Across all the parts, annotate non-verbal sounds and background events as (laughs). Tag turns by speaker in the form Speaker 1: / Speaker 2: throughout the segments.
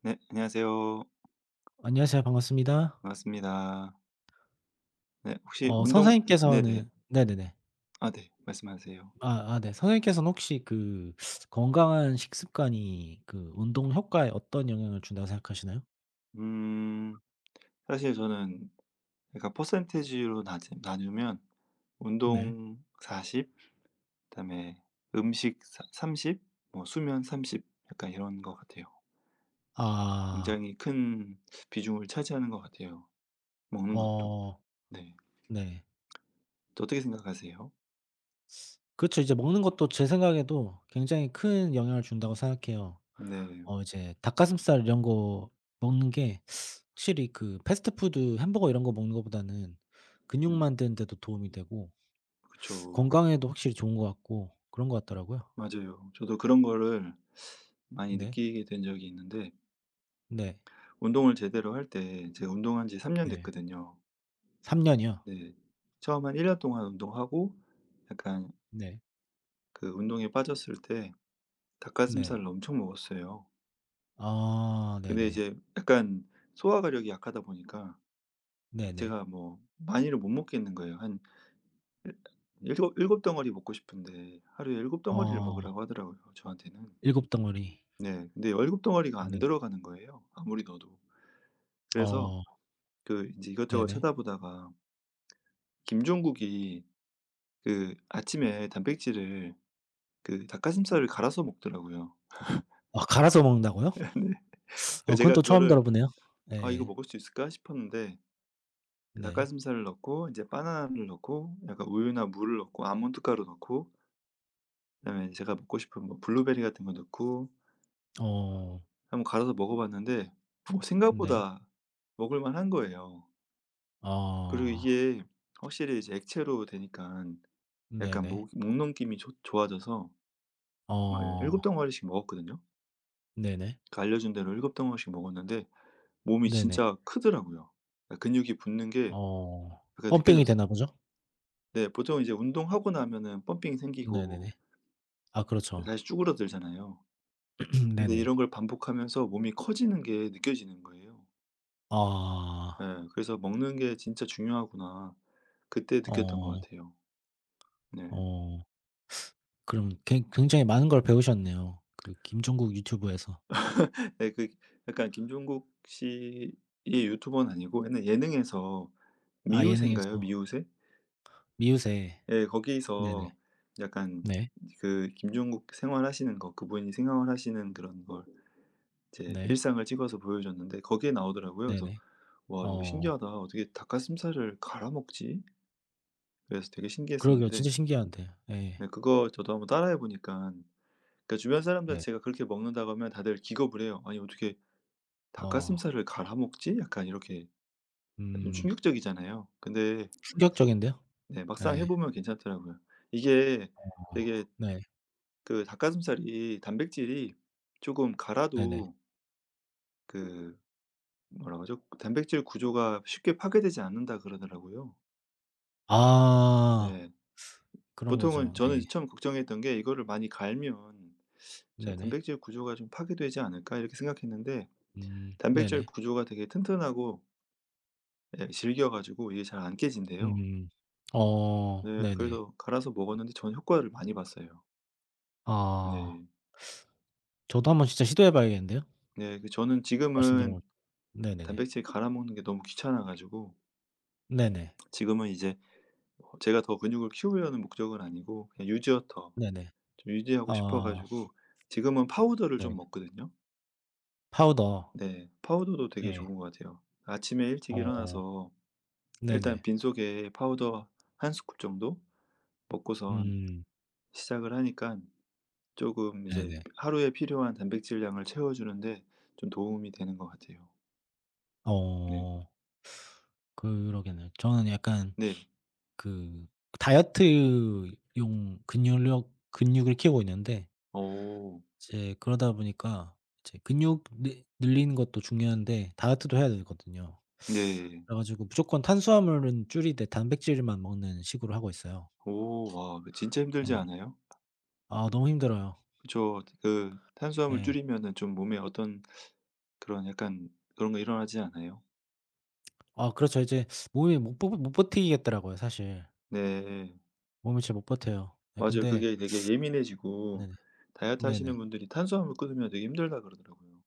Speaker 1: 네, 안녕하세요.
Speaker 2: 안녕하세요. 반갑습니다.
Speaker 1: 반갑습니다. 네, 혹시
Speaker 2: 어
Speaker 1: 운동 네네.
Speaker 2: 선생님께서는 네네네.
Speaker 1: 아 네, 말씀하세요.
Speaker 2: 아 아 네. 선생님께서는 혹시 그 건강한 식습관이 그 운동 효과에 어떤 영향을 준다고 생각하시나요?
Speaker 1: 음. 사실 저는 약간 퍼센티지로 나 나누면
Speaker 2: 네.
Speaker 1: 운동 40, 그다음에 음식 사 30, 뭐 수면 30, 약간 이런 것 같아요.
Speaker 2: 아.
Speaker 1: 굉장히 큰 비중을 차지하는 것 같아요, 먹는 것도.
Speaker 2: 어
Speaker 1: 네.
Speaker 2: 네.
Speaker 1: 또 어떻게 생각하세요?
Speaker 2: 그죠, 이제 먹는 것도 제 생각에도 굉장히 큰 영향을 준다고 생각해요.
Speaker 1: 네.
Speaker 2: 어 이제 닭가슴살 이런 거 먹는 게 확실히 그 패스트푸드 햄버거 이런 거 먹는 것보다는 근육
Speaker 1: 음.
Speaker 2: 만드는 데도 도움이 되고
Speaker 1: 그쵸.
Speaker 2: 건강에도 확실히 좋은 것 같고 그런 것 같더라고요.
Speaker 1: 맞아요. 저도 그런 거를 많이
Speaker 2: 네.
Speaker 1: 느끼게 된 적이 있는데
Speaker 2: 네.
Speaker 1: 운동을 제대로 할 때 제가 운동한 지 3년
Speaker 2: 네.
Speaker 1: 됐거든요.
Speaker 2: 3 년이요?
Speaker 1: 네. 처음 한 1년 동안 운동하고 약간
Speaker 2: 네.
Speaker 1: 그 운동에 빠졌을 때
Speaker 2: 네.
Speaker 1: 닭가슴살을 엄청 먹었어요.
Speaker 2: 아
Speaker 1: 근데
Speaker 2: 네네.
Speaker 1: 이제 약간 소화가력이 약하다 보니까
Speaker 2: 네네.
Speaker 1: 제가 뭐 많이를 못 먹겠는 거예요. 한 일 일곱 일곱 덩어리 먹고 싶은데 하루에 일곱 덩어리를
Speaker 2: 어
Speaker 1: 먹으라고 하더라고요, 저한테는.
Speaker 2: 일곱 덩어리.
Speaker 1: 네. 근데 열곱 덩어리가 안
Speaker 2: 네.
Speaker 1: 들어가는 거예요, 아무리 넣어도. 그래서
Speaker 2: 어
Speaker 1: 그 이제 이것저것
Speaker 2: 네네.
Speaker 1: 찾아보다가 김종국이 그 아침에 단백질을 그 닭가슴살을 갈아서 먹더라고요.
Speaker 2: 아 갈아서 먹는다고요?
Speaker 1: (laughs) 근데 그
Speaker 2: 어, 그건
Speaker 1: 제가
Speaker 2: 또 처음
Speaker 1: 그거를
Speaker 2: 들어보네요.
Speaker 1: '아 이거
Speaker 2: 예예.
Speaker 1: 먹을 수 있을까?' 싶었는데 그
Speaker 2: 네.
Speaker 1: 닭가슴살을 넣고 이제 바나나를 넣고 약간 우유나 물을 넣고 아몬드 가루 넣고 그다음에 제가 먹고 싶은 뭐 블루베리 같은 거 넣고
Speaker 2: 어
Speaker 1: 한번 갈아서 먹어 봤는데 뭐
Speaker 2: 네.
Speaker 1: 생각보다 먹을 만한 거예요. 그리고
Speaker 2: 아
Speaker 1: 이게 확실히 이제 액체로 되니까 약간
Speaker 2: 네네.
Speaker 1: 목 목넘김이 좋 좋아져서 막곱
Speaker 2: 어
Speaker 1: 덩어리씩 먹었거든요.
Speaker 2: 네네.
Speaker 1: 그 알려준 대로 일곱 덩어리씩 먹었는데 몸이
Speaker 2: 네네.
Speaker 1: 진짜 크더라고요. 아 근육이 붙는 게
Speaker 2: 어
Speaker 1: 약간
Speaker 2: 뻔뺑이
Speaker 1: 느껴졌어요.
Speaker 2: 되나 보죠?
Speaker 1: 네, 보통 이제 운동하고 나면은 펌핑이
Speaker 2: 네네네.
Speaker 1: 생기고
Speaker 2: 아 그렇죠.
Speaker 1: 다시 쭈그러들잖아요.
Speaker 2: (clears throat)
Speaker 1: 근데
Speaker 2: 네네.
Speaker 1: 이런 걸 반복하면서 몸이 커지는 게 느껴지는 거예요.
Speaker 2: 아.
Speaker 1: 예. 그래서 '먹는 게 진짜 중요하구나.' 그때 느꼈던 것
Speaker 2: 어.
Speaker 1: 같아요. 네.
Speaker 2: 어. 그럼 굉 굉장히 많은 걸 배우셨네요. 그 김종국 유튜브에서.
Speaker 1: 네, 그 약간 김종국 씨의 유튜버는 아니고 옛날 예능에서
Speaker 2: 아
Speaker 1: 미우새인가요?
Speaker 2: 예능에서.
Speaker 1: 미우새?
Speaker 2: 미우새.
Speaker 1: 예,
Speaker 2: 네네.
Speaker 1: 거기서 약간
Speaker 2: 네.
Speaker 1: 그 김종국 생활하시는 거 그분이 생활하시는 그런 걸 이제
Speaker 2: 네.
Speaker 1: 일상을 찍어서 보여줬는데 거기에 나오더라고요. 그래서
Speaker 2: 네네.
Speaker 1: '와 되게
Speaker 2: 어
Speaker 1: 신기하다. 어떻게 닭가슴살을 갈아 먹지?' 그래서 되게
Speaker 2: 그러게요. 진짜
Speaker 1: 신기했었는데
Speaker 2: 신기한데. 예.
Speaker 1: 네 그거 저도 한번 따라해 보니까 그러니까 주변 사람들
Speaker 2: 네.
Speaker 1: 제가 그렇게 먹는다고 하면 다들 기겁을 해요. '아니 어떻게
Speaker 2: 어.
Speaker 1: 닭가슴살을 갈아 먹지?' 약간 이렇게 좀
Speaker 2: 음.
Speaker 1: 충격적이잖아요. 근데
Speaker 2: 충격적인데요.
Speaker 1: 네, 막상 해
Speaker 2: 예.
Speaker 1: 보면 괜찮더라고요. 이게
Speaker 2: 어.
Speaker 1: 되게
Speaker 2: 네.
Speaker 1: 그 닭가슴살이 단백질이 조금
Speaker 2: 네네.
Speaker 1: 갈아도 그 뭐라고 하죠? 단백질 구조가 쉽게 파괴되지 않는다 그러더라고요.
Speaker 2: 아.
Speaker 1: 네.
Speaker 2: 그런
Speaker 1: 보통은
Speaker 2: 거죠. 네.
Speaker 1: 저는 처음 걱정했던 게 '이거를 많이 갈면 자
Speaker 2: 네네.
Speaker 1: 단백질 구조가 좀 파괴되지 않을까?' 이렇게 생각했는데
Speaker 2: 음.
Speaker 1: 단백질
Speaker 2: 네네.
Speaker 1: 구조가 되게 튼튼하고 예 질겨 가지고 이게 잘 안 깨진대요.
Speaker 2: 음.
Speaker 1: 네.
Speaker 2: 어 네네.
Speaker 1: 그래서 갈아서 먹었는데 저는 효과를 많이 봤어요.
Speaker 2: 아.
Speaker 1: 네.
Speaker 2: 저도 한번 진짜 시도해 봐야겠는데요.
Speaker 1: 네. 그 저는
Speaker 2: 말씀 들어
Speaker 1: 지금은
Speaker 2: 보니까. 네네네.
Speaker 1: 단백질 갈아 먹는 게 너무 귀찮아 가지고
Speaker 2: 네네.
Speaker 1: 지금은 이제 어 제가 더 근육을 키우려는 목적은 아니고 그냥 유지어터
Speaker 2: 네네.
Speaker 1: 좀 유지하고 싶어
Speaker 2: 아.
Speaker 1: 가지고 지금은 파우더를
Speaker 2: 네.
Speaker 1: 좀 먹거든요.
Speaker 2: 파우더.
Speaker 1: 네. 파우더도 되게
Speaker 2: 예.
Speaker 1: 좋은 것 같아요. 아침에 일찍
Speaker 2: 어
Speaker 1: 일어나서 일단
Speaker 2: 네네.
Speaker 1: 빈속에 파우더 한 스쿱 정도 먹고선
Speaker 2: 음
Speaker 1: 시작을 하니까 조금 이제
Speaker 2: 네네.
Speaker 1: 하루에 필요한 단백질량을 채워 주는데 좀 도움이 되는 것 같아요. 네.
Speaker 2: 어 그러겠네요. 저는 약간
Speaker 1: 네.
Speaker 2: 그 다이어트용 근육력 근육을 키우고 있는데
Speaker 1: 오,
Speaker 2: 이제 그러다 보니까 이제 근육 늘 늘리는 것도 중요한데 다이어트도 해야 되거든요.
Speaker 1: 네.
Speaker 2: 그래 가지고 무조건 탄수화물은 줄이되 단백질만 먹는 식으로 하고 있어요.
Speaker 1: 오 와 그 진짜 힘들지
Speaker 2: 예.
Speaker 1: 않아요?
Speaker 2: 아 너무 힘들어요.
Speaker 1: 그쵸. 그 탄수화물
Speaker 2: 예.
Speaker 1: 줄이면은 좀 몸에 어떤 그런 약간 그런 거 일어나지 않아요?
Speaker 2: 아 그렇죠. 이제 몸이 못 버티겠더라고요 사실.
Speaker 1: 네.
Speaker 2: 몸이 잘 못 버텨요. 네
Speaker 1: 맞아요.
Speaker 2: 근데
Speaker 1: 그게 되게 예민해지고
Speaker 2: 네네.
Speaker 1: 다이어트
Speaker 2: 네네.
Speaker 1: 하시는 분들이 탄수화물 끊으면 되게 힘들다 그러더라고요.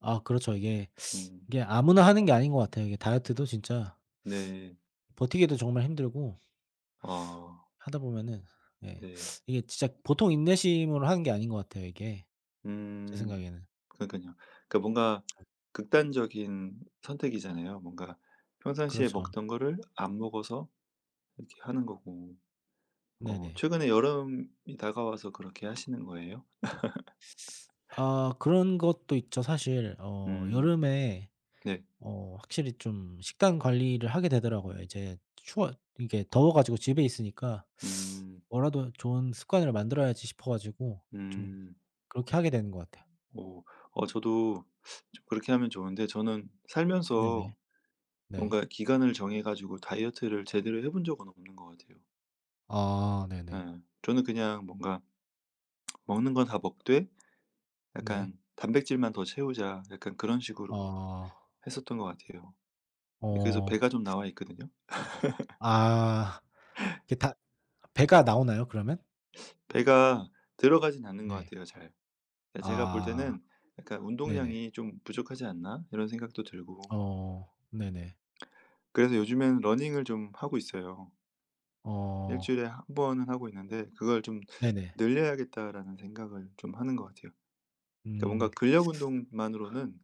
Speaker 2: 아 그렇죠. 이게,
Speaker 1: 음.
Speaker 2: 이게 아무나 하는 게 아닌 것 같아요. 이게 다이어트도 진짜
Speaker 1: 네.
Speaker 2: 버티기도 정말 힘들고
Speaker 1: 아
Speaker 2: 하다 보면은 예
Speaker 1: 네.
Speaker 2: 이게 진짜 보통 인내심으로 하는 게 아닌 것 같아요 이게. 제
Speaker 1: 음.
Speaker 2: 생각에는.
Speaker 1: 그러니깐요. 그러니까 뭔가 극단적인 선택이잖아요. 뭔가 평상시에
Speaker 2: 그렇죠.
Speaker 1: 먹던 거를 안 먹어서 이렇게 하는 거고. 어
Speaker 2: 네네.
Speaker 1: 최근에 여름이 다가와서 그렇게 하시는 거예요?
Speaker 2: 아 그런 것도 있죠 사실. 어
Speaker 1: 음.
Speaker 2: 여름에
Speaker 1: 네.
Speaker 2: 어 확실히 좀 식단 관리를 하게 되더라고요. 이제 추워 이게 더워 가지고 집에 있으니까
Speaker 1: 음.
Speaker 2: '뭐라도 좋은 습관을 만들어야지.' 싶어 가지고 좀
Speaker 1: 음.
Speaker 2: 그렇게 하게 되는 것 같아요.
Speaker 1: 어. 어 저도 좀 그렇게 하면 좋은데 저는
Speaker 2: 네네.
Speaker 1: 살면서
Speaker 2: 네.
Speaker 1: 뭔가 기간을 정해 가지고 다이어트를 제대로 해본 적은 없는 것 같아요.
Speaker 2: 아 네네.
Speaker 1: 예. 저는 그냥 뭔가 '먹는 건 다 먹되
Speaker 2: 네.
Speaker 1: 약간 단백질만 더 채우자.' 약간 그런 식으로
Speaker 2: 어.
Speaker 1: 했었던 것 같아요. 예 그래서
Speaker 2: 어.
Speaker 1: 배가 좀 나와 있거든요.
Speaker 2: 아 이게 다 배가 나오나요 그러면?
Speaker 1: 배가 들어가진 않는 것
Speaker 2: 네.
Speaker 1: 같아요 잘. 예 제가 볼
Speaker 2: 아
Speaker 1: 때는 약간
Speaker 2: 네네.
Speaker 1: '운동량이 좀 부족하지 않나?' 이런 생각도 들고
Speaker 2: 어 네네.
Speaker 1: 그래서 요즘에는 러닝을 좀 하고 있어요. 일
Speaker 2: 어
Speaker 1: 주일에 한 번은 하고 있는데 그걸 좀
Speaker 2: 네네.
Speaker 1: 늘려야겠다라는 생각을 좀 하는 것 같아요. 그러니까 뭔가
Speaker 2: 음
Speaker 1: 근력 운동만으로는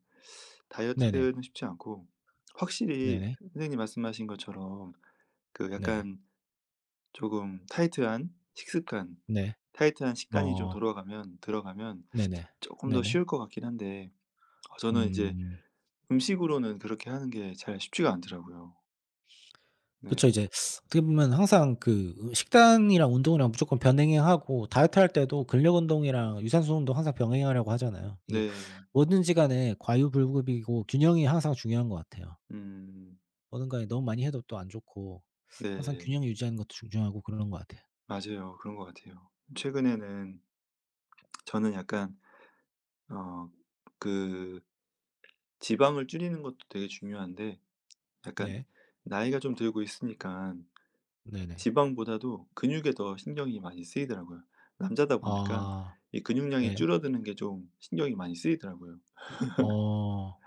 Speaker 2: 네네.
Speaker 1: 다이어트는 쉽지 않고 확실히
Speaker 2: 네네.
Speaker 1: 선생님 말씀하신 것처럼 그
Speaker 2: 네.
Speaker 1: 약간 조금 타이트한 식습관,
Speaker 2: 네.
Speaker 1: 타이트한 식단이 좀
Speaker 2: 어
Speaker 1: 들어가면
Speaker 2: 네네.
Speaker 1: 조금 더
Speaker 2: 네네.
Speaker 1: 쉬울 것 같긴 한데 어 저는 이제
Speaker 2: 음.
Speaker 1: 음식으로는 그렇게 하는 게 잘 쉽지가 않더라고요. 네.
Speaker 2: 그쵸. 이제 어떻게 보면 항상 그 식단이랑 운동이랑 무조건 병행하고 다이어트 할 때도 근력 운동이랑 유산소 운동 항상 병행하려고 하잖아요. 이게
Speaker 1: 네.
Speaker 2: 뭐든지 간에 과유불급이고 균형이 항상 중요한 것 같아요.
Speaker 1: 음.
Speaker 2: 뭐든 간에 너무 많이 해도 또 안 좋고 항상
Speaker 1: 네.
Speaker 2: 균형 유지하는 것도 중요하고 그런 것 같아요.
Speaker 1: 맞아요. 그런 것 같아요. 최근에는 저는 약간 어그 지방을 줄이는 것도 되게 중요한데 약간
Speaker 2: 네.
Speaker 1: 나이가 좀 들고 있으니까
Speaker 2: 네네.
Speaker 1: 지방보다도 근육에 더 신경이 많이 쓰이더라고요. 남자다 보니까
Speaker 2: 아
Speaker 1: 이 근육량이
Speaker 2: 네.
Speaker 1: 줄어드는 게 좀 신경이 많이 쓰이더라고요.
Speaker 2: 어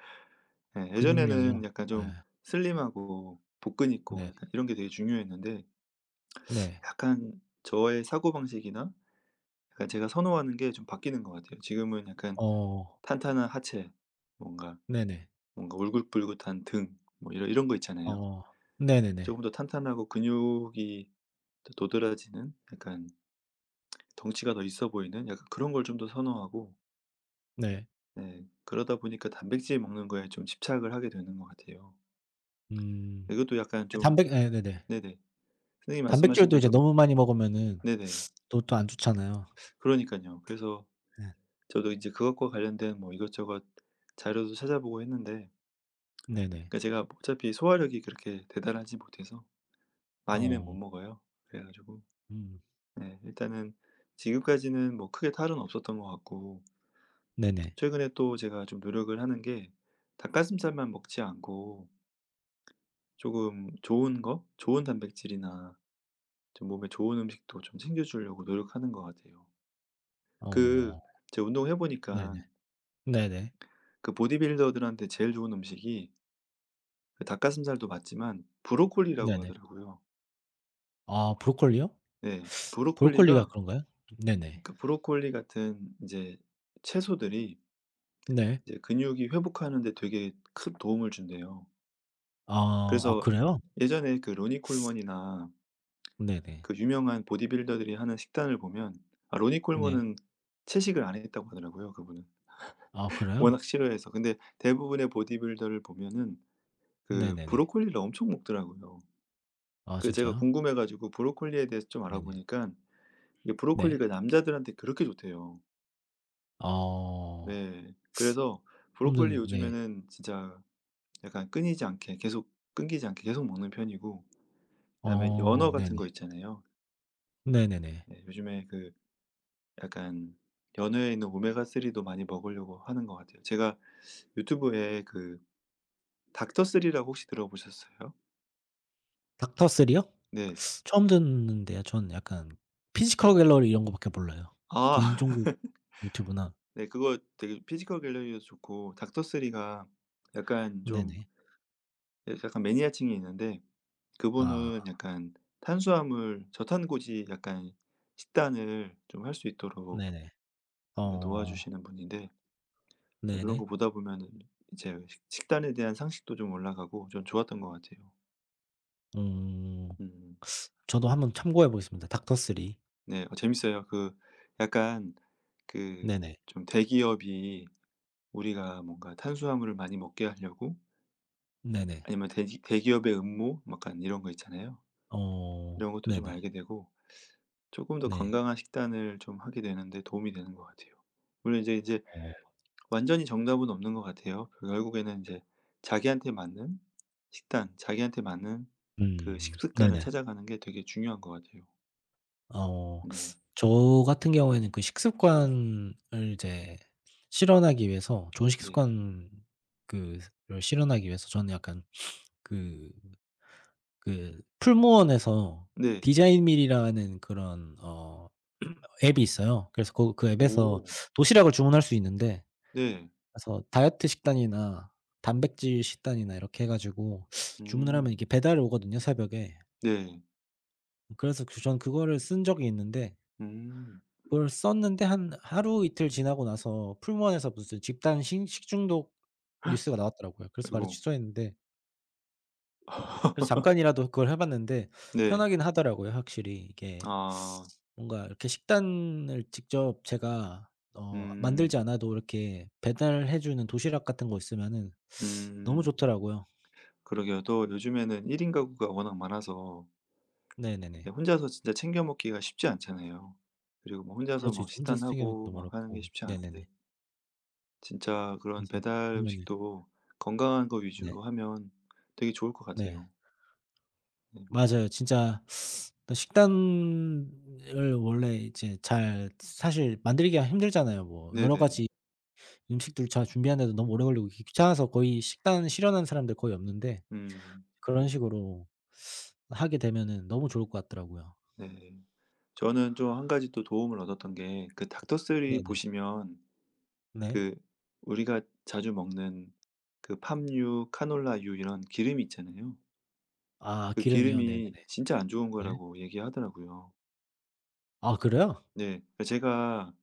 Speaker 1: 예
Speaker 2: 근육량이요?
Speaker 1: 예전에는 약간
Speaker 2: 예.
Speaker 1: 좀 슬림하고 복근 있고
Speaker 2: 네.
Speaker 1: 약간 이런 게 되게 중요했는데
Speaker 2: 네.
Speaker 1: 약간 저의 사고방식이나 약간 제가 선호하는 게 좀 바뀌는 것 같아요. 지금은 약간
Speaker 2: 어.
Speaker 1: 탄탄한 하체, 뭔가
Speaker 2: 네네.
Speaker 1: 뭔가 울긋불긋한 등 뭐 이런 거 있잖아요.
Speaker 2: 어. 네네네.
Speaker 1: 조금 더 탄탄하고 근육이 더 도드라지는 약간 덩치가 더 있어 보이는 약간 그런 걸 좀 더 선호하고
Speaker 2: 네.
Speaker 1: 네 그러다 보니까 단백질 먹는 거에 좀 집착을 하게 되는 것 같아요.
Speaker 2: 음.
Speaker 1: 이것도 약간
Speaker 2: 예
Speaker 1: 좀
Speaker 2: 단백 예 네네.
Speaker 1: 네네. 선생님 말씀하신
Speaker 2: 단백질도 이제
Speaker 1: 대로
Speaker 2: 너무 많이 먹으면은
Speaker 1: 네네.
Speaker 2: 또 또 안 좋잖아요.
Speaker 1: 그러니까요 그래서
Speaker 2: 네.
Speaker 1: 저도 이제 그것과 관련된 뭐 이것저것 자료도 찾아보고 했는데
Speaker 2: 네네.
Speaker 1: 그러니까 제가 어차피 소화력이 그렇게 대단하지 못해서 많이는 못
Speaker 2: 어.
Speaker 1: 먹어요. 그래 가지고
Speaker 2: 음.
Speaker 1: 네 일단은 지금까지는 뭐 크게 탈은 없었던 것 같고
Speaker 2: 네네.
Speaker 1: 최근에 또 제가 좀 노력을 하는 게 닭가슴살만 먹지 않고 조금 좋은 거, 좋은 단백질이나 좀 몸에 좋은 음식도 좀 챙겨주려고 노력하는 것 같아요.
Speaker 2: 어.
Speaker 1: 그 제가 운동해 보니까
Speaker 2: 네네. 네네.
Speaker 1: 그 보디빌더들한테 제일 좋은 음식이 그 닭가슴살도 맞지만 브로콜리라고
Speaker 2: 네네.
Speaker 1: 하더라고요.
Speaker 2: 아 브로콜리요?
Speaker 1: 네,
Speaker 2: 브로콜리가
Speaker 1: 브로콜리가
Speaker 2: 그런가요? 네네.
Speaker 1: 그 브로콜리 같은 이제 채소들이
Speaker 2: 네.
Speaker 1: 이제 근육이 회복하는 데 되게 큰 도움을 준대요.
Speaker 2: 아. 아
Speaker 1: 그래서
Speaker 2: 그래요?
Speaker 1: 예전에 그 로니 콜먼이나
Speaker 2: 네네.
Speaker 1: 그 유명한 보디빌더들이 하는 식단을 보면 아 로니
Speaker 2: 네.
Speaker 1: 콜먼은 채식을 안 했다고 하더라고요 그분은.
Speaker 2: 아 그래요?
Speaker 1: 워낙 싫어해서. 근데 대부분의 보디빌더를 보면은 그
Speaker 2: 네네네.
Speaker 1: 브로콜리를 엄청 먹더라고요.
Speaker 2: 아
Speaker 1: 그 제가
Speaker 2: 진짜요?
Speaker 1: 궁금해 가지고 브로콜리에 대해서 좀
Speaker 2: 네네.
Speaker 1: 알아보니깐 이게
Speaker 2: 네.
Speaker 1: 브로콜리가 남자들한테 그렇게 좋대요.
Speaker 2: 어.
Speaker 1: 네. 그래서 브로콜리
Speaker 2: 홈드는 네.
Speaker 1: 요즘에는 진짜 약간 끊이지 않게 계속 끊기지 않게 계속 먹는 편이고 그다음에
Speaker 2: 어
Speaker 1: 연어 같은
Speaker 2: 네네.
Speaker 1: 거 있잖아요.
Speaker 2: 네네네.
Speaker 1: 예 요즘에 그 약간 연어에 있는 오메가3도 많이 먹으려고 하는 것 같아요. 제가 유튜브에 그 닥터쓰리라고 혹시 들어보셨어요?
Speaker 2: 닥터 쓰리요?
Speaker 1: 네.
Speaker 2: 처음 듣는데요. 저는 약간
Speaker 1: 네.
Speaker 2: 피지컬 갤러리 이런 거 밖에 몰라요.
Speaker 1: 아 (laughs)
Speaker 2: 김종국 유튜브나.
Speaker 1: 네 그거 되게 피지컬 갤러리도 좋고 닥터쓰리가 약간 좀
Speaker 2: 네네.
Speaker 1: 예 약간 매니아층이 있는데
Speaker 2: 아
Speaker 1: 그분은 약간 탄수화물 저탄고지 약간 식단을 좀 할 수 있도록
Speaker 2: 네네.
Speaker 1: 이렇게
Speaker 2: 어
Speaker 1: 도와주시는 분인데 예 그런
Speaker 2: 네네.
Speaker 1: 거 보다 보면은 이제 식 식단에 대한 상식도 좀 올라가고 좀 좋았던 것 같아요.
Speaker 2: 음.
Speaker 1: 음.
Speaker 2: 저도 한번 참고해 보겠습니다. 닥터 쓰리.
Speaker 1: 네. 어 재밌어요. 그 약간 그
Speaker 2: 네네.
Speaker 1: 좀 대기업이 우리가 뭔가 탄수화물을 많이 먹게 하려고
Speaker 2: 네네.
Speaker 1: 아니면 대기업의 음모 뭐 약간 이런 거 있잖아요.
Speaker 2: 어
Speaker 1: 이런 것도 좀
Speaker 2: 네네.
Speaker 1: 알게 되고 조금 더
Speaker 2: 네.
Speaker 1: 건강한 식단을 좀 하게 되는 데 도움이 되는 것 같아요. 물론 이제
Speaker 2: 어
Speaker 1: 완전히 정답은 없는 것 같아요. 그 결국에는 이제 자기한테 맞는 식단, 자기한테 맞는 그 식습관을
Speaker 2: 네네.
Speaker 1: 찾아가는 게 되게 중요한 것 같아요.
Speaker 2: 어
Speaker 1: 네.
Speaker 2: 저 같은 경우에는 그 식습관을 이제 실현하기 위해서 좋은
Speaker 1: 네.
Speaker 2: 식습관 그 를 실현하기 위해서 저는 약간 그 그 풀무원에서
Speaker 1: 네.
Speaker 2: 디자인밀이라는 그런 어 앱이 있어요. 그래서 그 그 앱에서
Speaker 1: 오.
Speaker 2: 도시락을 주문할 수 있는데
Speaker 1: 네.
Speaker 2: 그래서 다이어트 식단이나 단백질 식단이나 이렇게 해 가지고 주문을 하면 이렇게
Speaker 1: 음.
Speaker 2: 배달이 오거든요, 새벽에.
Speaker 1: 네.
Speaker 2: 그래서 그 전 그거를 쓴 적이 있는데
Speaker 1: 음.
Speaker 2: 그걸 썼는데 한 하루 이틀 지나고 나서 풀무원에서 무슨 집단 식 식중독 뉴스가 나왔더라고요. 그래서 바로
Speaker 1: 아이고.
Speaker 2: 취소했는데 그래서 잠깐이라도 그걸 해 봤는데
Speaker 1: 네.
Speaker 2: 편하긴 하더라고요 확실히. 이게
Speaker 1: 아.
Speaker 2: 뭔가 이렇게 식단을 직접 제가 어
Speaker 1: 음.
Speaker 2: 만들지 않아도 이렇게 배달해 주는 도시락 같은 거 있으면은 너무
Speaker 1: 음.
Speaker 2: 좋더라고요.
Speaker 1: 그러게요. 또 요즘에는 1인 가구가 워낙 많아서
Speaker 2: 네네네.
Speaker 1: 네 혼자서 진짜 챙겨 먹기가 쉽지 않잖아요. 그리고 뭐 혼자서
Speaker 2: 그렇죠.
Speaker 1: 막
Speaker 2: 이제 혼자서 챙겨 먹기도
Speaker 1: 식단하고 막 하는 게
Speaker 2: 어렵고.
Speaker 1: 쉽지
Speaker 2: 네네네.
Speaker 1: 않은데 진짜 그런
Speaker 2: 그래서
Speaker 1: 배달
Speaker 2: 네네.
Speaker 1: 음식도 건강한 거
Speaker 2: 네.
Speaker 1: 위주로 하면 되게 좋을 것
Speaker 2: 네.
Speaker 1: 같아요. 네.
Speaker 2: 맞아요. 진짜 또 식단을 원래 이제 잘 사실 만들기가 힘들잖아요. 뭐 여러
Speaker 1: 네네.
Speaker 2: 가지 음식들 잘 준비하는데도 너무 오래 걸리고 귀찮아서 거의 식단 실현하는 사람들 거의 없는데
Speaker 1: 음.
Speaker 2: 그런 식으로 하게 되면은 너무 좋을 것 같더라고요.
Speaker 1: 네. 저는 좀 한 가지 또 도움을 얻었던 게 그 닥터스리
Speaker 2: 네네.
Speaker 1: 보시면
Speaker 2: 네.
Speaker 1: 그 우리가 자주 먹는 그 팜유, 카놀라유 이런 기름이 있잖아요.
Speaker 2: 아
Speaker 1: 그
Speaker 2: 기름이요? 네네네.
Speaker 1: 기름이 진짜 안 좋은
Speaker 2: 네.
Speaker 1: 거라고 얘기하더라고요.
Speaker 2: 아 그래요?
Speaker 1: 네. 그러니까 제가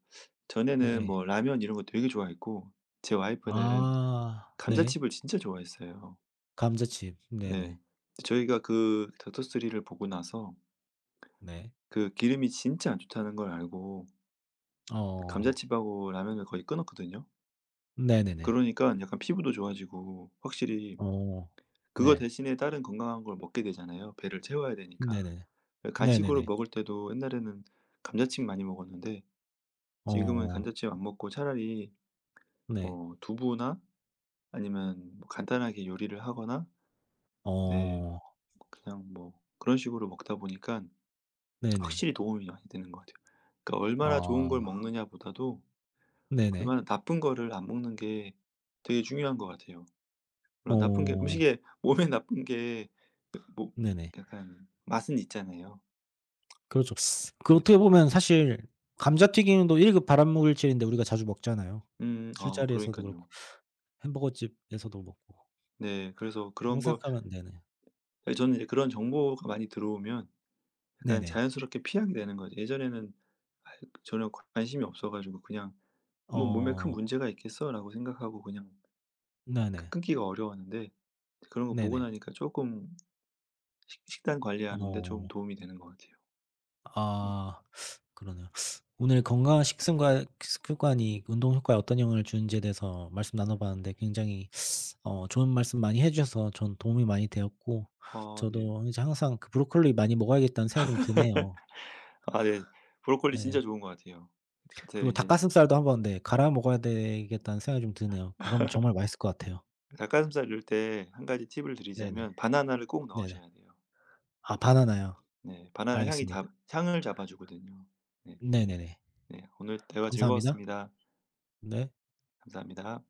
Speaker 1: 전에는
Speaker 2: 예예.
Speaker 1: 뭐 라면 이런 거 되게 좋아했고 제 와이프는
Speaker 2: 아 네.
Speaker 1: 감자칩을 진짜 좋아했어요.
Speaker 2: 감자칩.
Speaker 1: 네.
Speaker 2: 네네.
Speaker 1: 저희가 그 닥터 스리를 보고 나서
Speaker 2: 네.
Speaker 1: 그 기름이 진짜 안 좋다는 걸 알고
Speaker 2: 어.
Speaker 1: 감자칩하고 라면을 거의 끊었거든요.
Speaker 2: 네네네.
Speaker 1: 그러니까 약간 피부도 좋아지고 확실히
Speaker 2: 어.
Speaker 1: 그거
Speaker 2: 네.
Speaker 1: 대신에 다른 건강한 걸 먹게 되잖아요, 배를 채워야 되니까.
Speaker 2: 네네.
Speaker 1: 예 간식으로
Speaker 2: 네네네.
Speaker 1: 먹을 때도 옛날에는 감자칩 많이 먹었는데 지금은
Speaker 2: 어.
Speaker 1: 감자칩 안 먹고 차라리
Speaker 2: 네.
Speaker 1: 뭐 두부나 아니면 뭐 간단하게 요리를 하거나 네
Speaker 2: 어.
Speaker 1: 그냥 뭐 그런 식으로 먹다 보니까
Speaker 2: 네네.
Speaker 1: 확실히 도움이 많이 되는 것 같아요. 그러니까 얼마나 좋은 걸
Speaker 2: 아.
Speaker 1: 먹느냐보다도
Speaker 2: 네네.
Speaker 1: 얼마나 나쁜 거를 안 먹는 게 되게 중요한 것 같아요. 물론 나쁜 게
Speaker 2: 어.
Speaker 1: 음식에 몸에 나쁜 게 그 뭐
Speaker 2: 네네.
Speaker 1: 약간 맛은 있잖아요.
Speaker 2: 그렇죠. 그
Speaker 1: 네.
Speaker 2: 어떻게 보면 사실 감자튀김도 1급 발암물질인데 우리가 자주 먹잖아요.
Speaker 1: 아 그러니까
Speaker 2: 술자리에서도
Speaker 1: 요
Speaker 2: 그렇고 햄버거집에서도 먹고.
Speaker 1: 네. 그래서
Speaker 2: 그런 거
Speaker 1: 그런 거
Speaker 2: 생각하면 네네.
Speaker 1: 예 저는 이제 그런 정보가 많이 들어오면 약간
Speaker 2: 네네.
Speaker 1: 자연스럽게 피하게 되는 거죠. 예전에는 아 전혀 관심이 없어 가지고 그냥 '뭐 몸에 큰
Speaker 2: 어
Speaker 1: 문제가 있겠어.'라고 생각하고 그냥 약간
Speaker 2: 네네.
Speaker 1: 끊기가 어려웠는데 그런 거 보고
Speaker 2: 네네.
Speaker 1: 나니까 조금 식 식단 관리하는 데 좀
Speaker 2: 어
Speaker 1: 도움이 되는 것 같아요. 음.
Speaker 2: 아 그러네요. 오늘 건강한 식습관 습관이 운동 효과에 어떤 영향을 주는지에 대해서 말씀 나눠 봤는데 굉장히 어 좋은 말씀 많이 해 주셔서 전 도움이 많이 되었고
Speaker 1: 아 네.
Speaker 2: 저도 이제 항상 그 브로콜리 많이 먹어야겠다는 생각이 좀 드네요.
Speaker 1: 아 네. 브로콜리
Speaker 2: 예.
Speaker 1: 진짜 좋은 것 같아요. 같아요.
Speaker 2: 그리고
Speaker 1: 이제
Speaker 2: 닭가슴살도 한번 네 갈아 먹어야 되겠다는 생각이 좀 드네요. 그럼 정말 맛있을 것 같아요.
Speaker 1: 닭가슴살 넣을 때 한 가지 팁을
Speaker 2: 네네.
Speaker 1: 드리자면 바나나를 꼭
Speaker 2: 네네.
Speaker 1: 넣으셔야 돼요.
Speaker 2: 아 바나나요.
Speaker 1: 네. 바나나 향이 잡
Speaker 2: 알겠습니다.
Speaker 1: 향을 잡아주거든요. 네.
Speaker 2: 네네네.
Speaker 1: 네. 오늘 대화
Speaker 2: 감사합니다.
Speaker 1: 즐거웠습니다.
Speaker 2: 네.
Speaker 1: 감사합니다.